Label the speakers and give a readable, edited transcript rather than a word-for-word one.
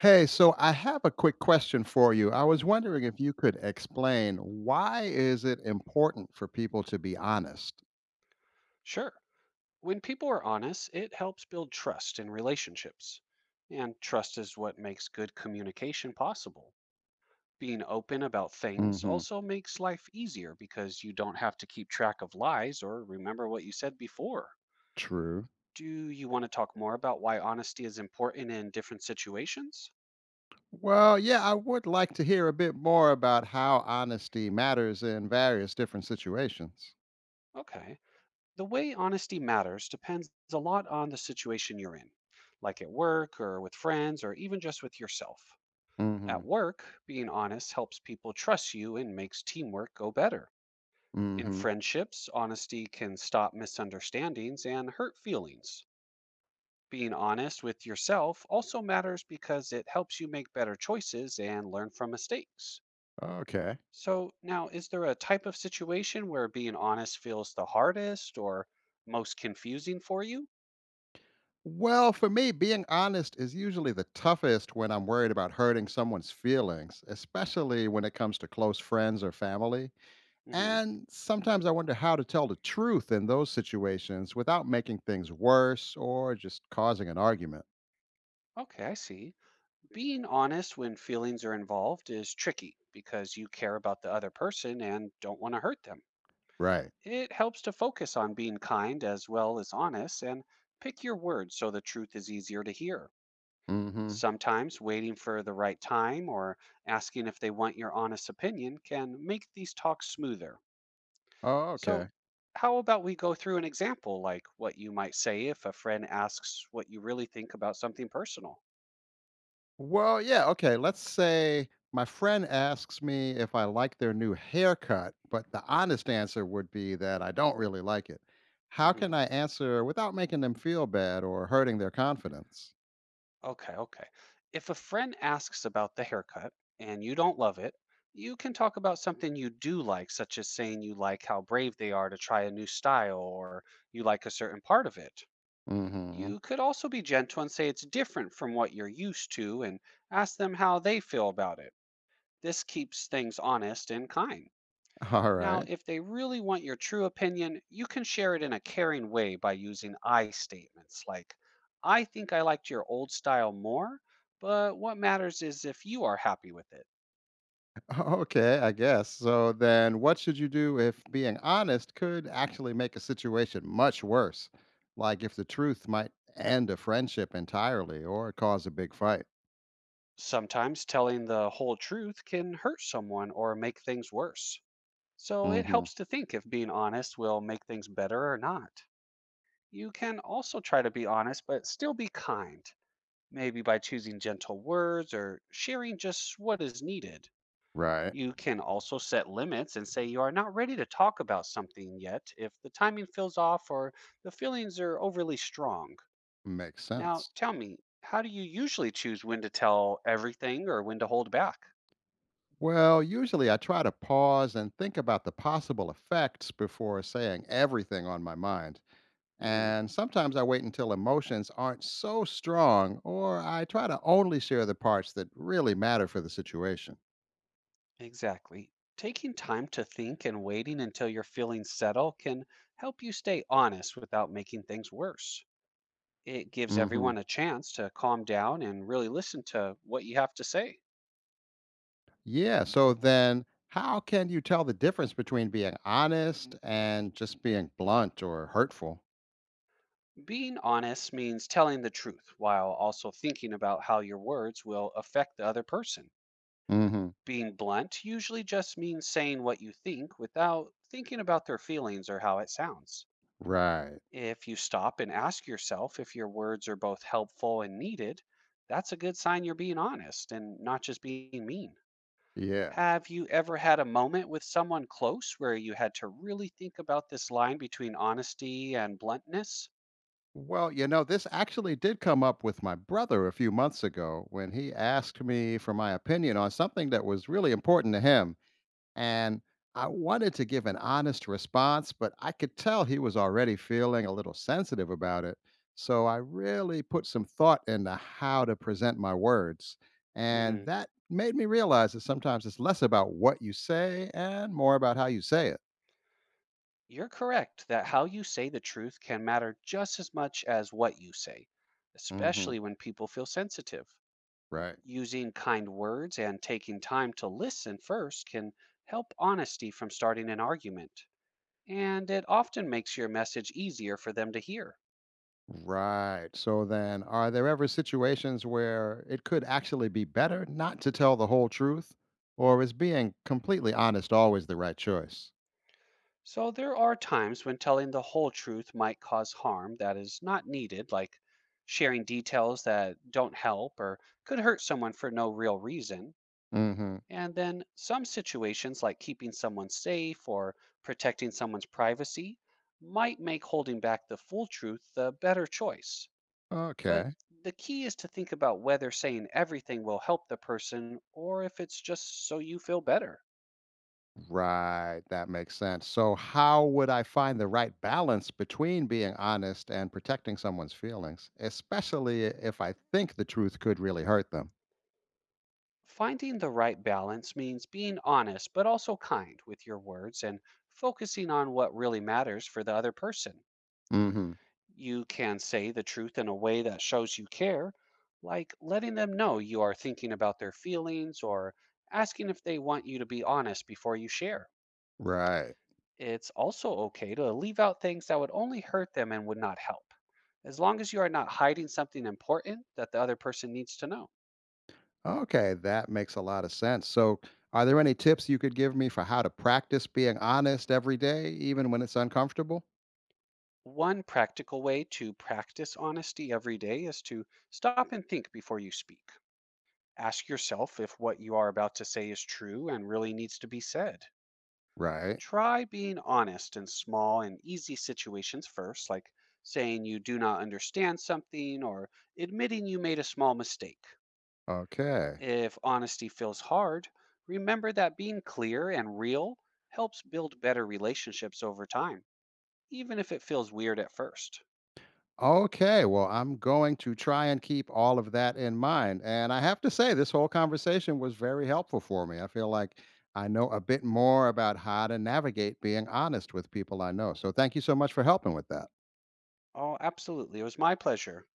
Speaker 1: Hey, so I have a quick question for you. I was wondering if you could explain why is it important for people to be honest?
Speaker 2: Sure. When people are honest, it helps build trust in relationships. And trust is what makes good communication possible. Being open about things
Speaker 1: hmm
Speaker 2: also makes life easier because you don't have to keep track of lies or remember what you said before.
Speaker 1: True.
Speaker 2: Do you want to talk more about why honesty is important in different situations?
Speaker 1: Well, yeah, I would like to hear a bit more about how honesty matters in various different situations.
Speaker 2: Okay. The way honesty matters depends a lot on the situation you're in, like at work or with friends or even just with yourself.
Speaker 1: hmm
Speaker 2: At work, being honest helps people trust you and makes teamwork go better. In
Speaker 1: hmm
Speaker 2: friendships, honesty can stop misunderstandings and hurt feelings. Being honest with yourself also matters because it helps you make better choices and learn from mistakes.
Speaker 1: Okay.
Speaker 2: So, now, is there a type of situation where being honest feels the hardest or most confusing for you?
Speaker 1: Well, for me, being honest is usually the toughest when I'm worried about hurting someone's feelings, especially when it comes to close friends or family.
Speaker 2: Hmm.
Speaker 1: And sometimes I wonder how to tell the truth in those situations without making things worse or just causing an argument.
Speaker 2: Okay, I see. Being honest when feelings are involved is tricky because you care about the other person and don't want to hurt them.
Speaker 1: Right.
Speaker 2: It helps to focus on being kind as well as honest and pick your words so the truth is easier to hear.
Speaker 1: Mm hmm.
Speaker 2: Sometimes waiting for the right time or asking if they want your honest opinion can make these talks smoother.
Speaker 1: Oh, okay.
Speaker 2: So, how about we go through an example like what you might say if a friend asks what you really think about something personal?
Speaker 1: Well, yeah, okay. Let's say my friend asks me if I like their new haircut, but the honest answer would be that I don't really like it. How can
Speaker 2: Mhm.
Speaker 1: I answer without making them feel bad or hurting their confidence?
Speaker 2: Okay, okay. If a friend asks about the haircut and you don't love it, you can talk about something you do like, such as saying you like how brave they are to try a new style or you like a certain part of it.
Speaker 1: Mm-hmm.
Speaker 2: You could also be gentle and say it's different from what you're used to and ask them how they feel about it. This keeps things honest and kind.
Speaker 1: All
Speaker 2: Now,
Speaker 1: right.
Speaker 2: if they really want your true opinion, you can share it in a caring way by using I statements like, I think I liked your old style more, but what matters is if you are happy with it.
Speaker 1: Okay, I guess. So then what should you do if being honest could actually make a situation much worse? Like if the truth might end a friendship entirely or cause a big fight.
Speaker 2: Sometimes telling the whole truth can hurt someone or make things worse. So it
Speaker 1: hmm
Speaker 2: helps to think if being honest will make things better or not. You can also try to be honest, but still be kind, maybe by choosing gentle words or sharing just what is needed.
Speaker 1: Right.
Speaker 2: You can also set limits and say you are not ready to talk about something yet if the timing feels off or the feelings are overly strong.
Speaker 1: Makes
Speaker 2: Now,
Speaker 1: sense.
Speaker 2: tell me, how do you usually choose when to tell everything or when to hold back?
Speaker 1: Well, usually I try to pause and think about the possible effects before saying everything on my mind.
Speaker 2: Hmm.
Speaker 1: And sometimes I wait until emotions aren't so strong, or I try to only share the parts that really matter for the situation.
Speaker 2: Exactly. Taking time to think and waiting until your feelings settle can help you stay honest without making things worse. It gives everyone a chance to calm down and really listen to what you have to say.
Speaker 1: Yeah. So then, how can you tell the difference between being honest and just being blunt or hurtful?
Speaker 2: Being honest means telling the truth while also thinking about how your words will affect the other person.
Speaker 1: hmm
Speaker 2: Being blunt usually just means saying what you think without thinking about their feelings or how it sounds.
Speaker 1: Right.
Speaker 2: If you stop and ask yourself if your words are both helpful and needed, that's a good sign you're being honest and not just being mean.
Speaker 1: Yeah.
Speaker 2: Have you ever had a moment with someone close where you had to really think about this line between honesty and bluntness?
Speaker 1: Well, this actually did come up with my brother a few months ago when he asked me for my opinion on something that was really important to him. And I wanted to give an honest response, but I could tell he was already feeling a little sensitive about it. So I really put some thought into how to present my words. And
Speaker 2: Mhm.
Speaker 1: that made me realize that sometimes it's less about what you say and more about how you say it.
Speaker 2: You're correct that how you say the truth can matter just as much as what you say,
Speaker 1: hmm
Speaker 2: especially when people feel sensitive.
Speaker 1: Right.
Speaker 2: Using kind words and taking time to listen first can help honesty from starting an argument, and it often makes your message easier for them to hear.
Speaker 1: Right. So then, are there ever situations where it could actually be better not to tell the whole truth? Or is being completely honest always the right choice?
Speaker 2: So, there are times when telling the whole truth might cause harm that is not needed, like sharing details that don't help or could hurt someone for no real reason.
Speaker 1: Hmm.
Speaker 2: And then some situations like keeping someone safe or protecting someone's privacy might make holding back the full truth the better choice. But
Speaker 1: Okay.
Speaker 2: the key is to think about whether saying everything will help the person or if it's just so you feel better.
Speaker 1: Right, that makes sense. So, how would I find the right balance between being honest and protecting someone's feelings, especially if I think the truth could really hurt them?
Speaker 2: Finding the right balance means being honest but also kind with your words and focusing on what really matters for the other person.
Speaker 1: hmm
Speaker 2: You can say the truth in a way that shows you care, like letting them know you are thinking about their feelings or asking if they want you to be honest before you share.
Speaker 1: Right.
Speaker 2: It's also okay to leave out things that would only hurt them and would not help, as long as you are not hiding something important that the other person needs to know.
Speaker 1: Okay, that makes a lot of sense. So, are there any tips you could give me for how to practice being honest every day, even when it's uncomfortable?
Speaker 2: One practical way to practice honesty every day is to stop and think before you speak. Ask yourself if what you are about to say is true and really needs to be said.
Speaker 1: Right.
Speaker 2: Try being honest in small and easy situations first, like saying you do not understand something or admitting you made a small mistake.
Speaker 1: Okay.
Speaker 2: If honesty feels hard, remember that being clear and real helps build better relationships over time, even if it feels weird at first.
Speaker 1: Okay, well, I'm going to try and keep all of that in mind. And I have to say, this whole conversation was very helpful for me. I feel like I know a bit more about how to navigate being honest with people I know. So thank you so much for helping with that.
Speaker 2: Oh, absolutely. It was my pleasure.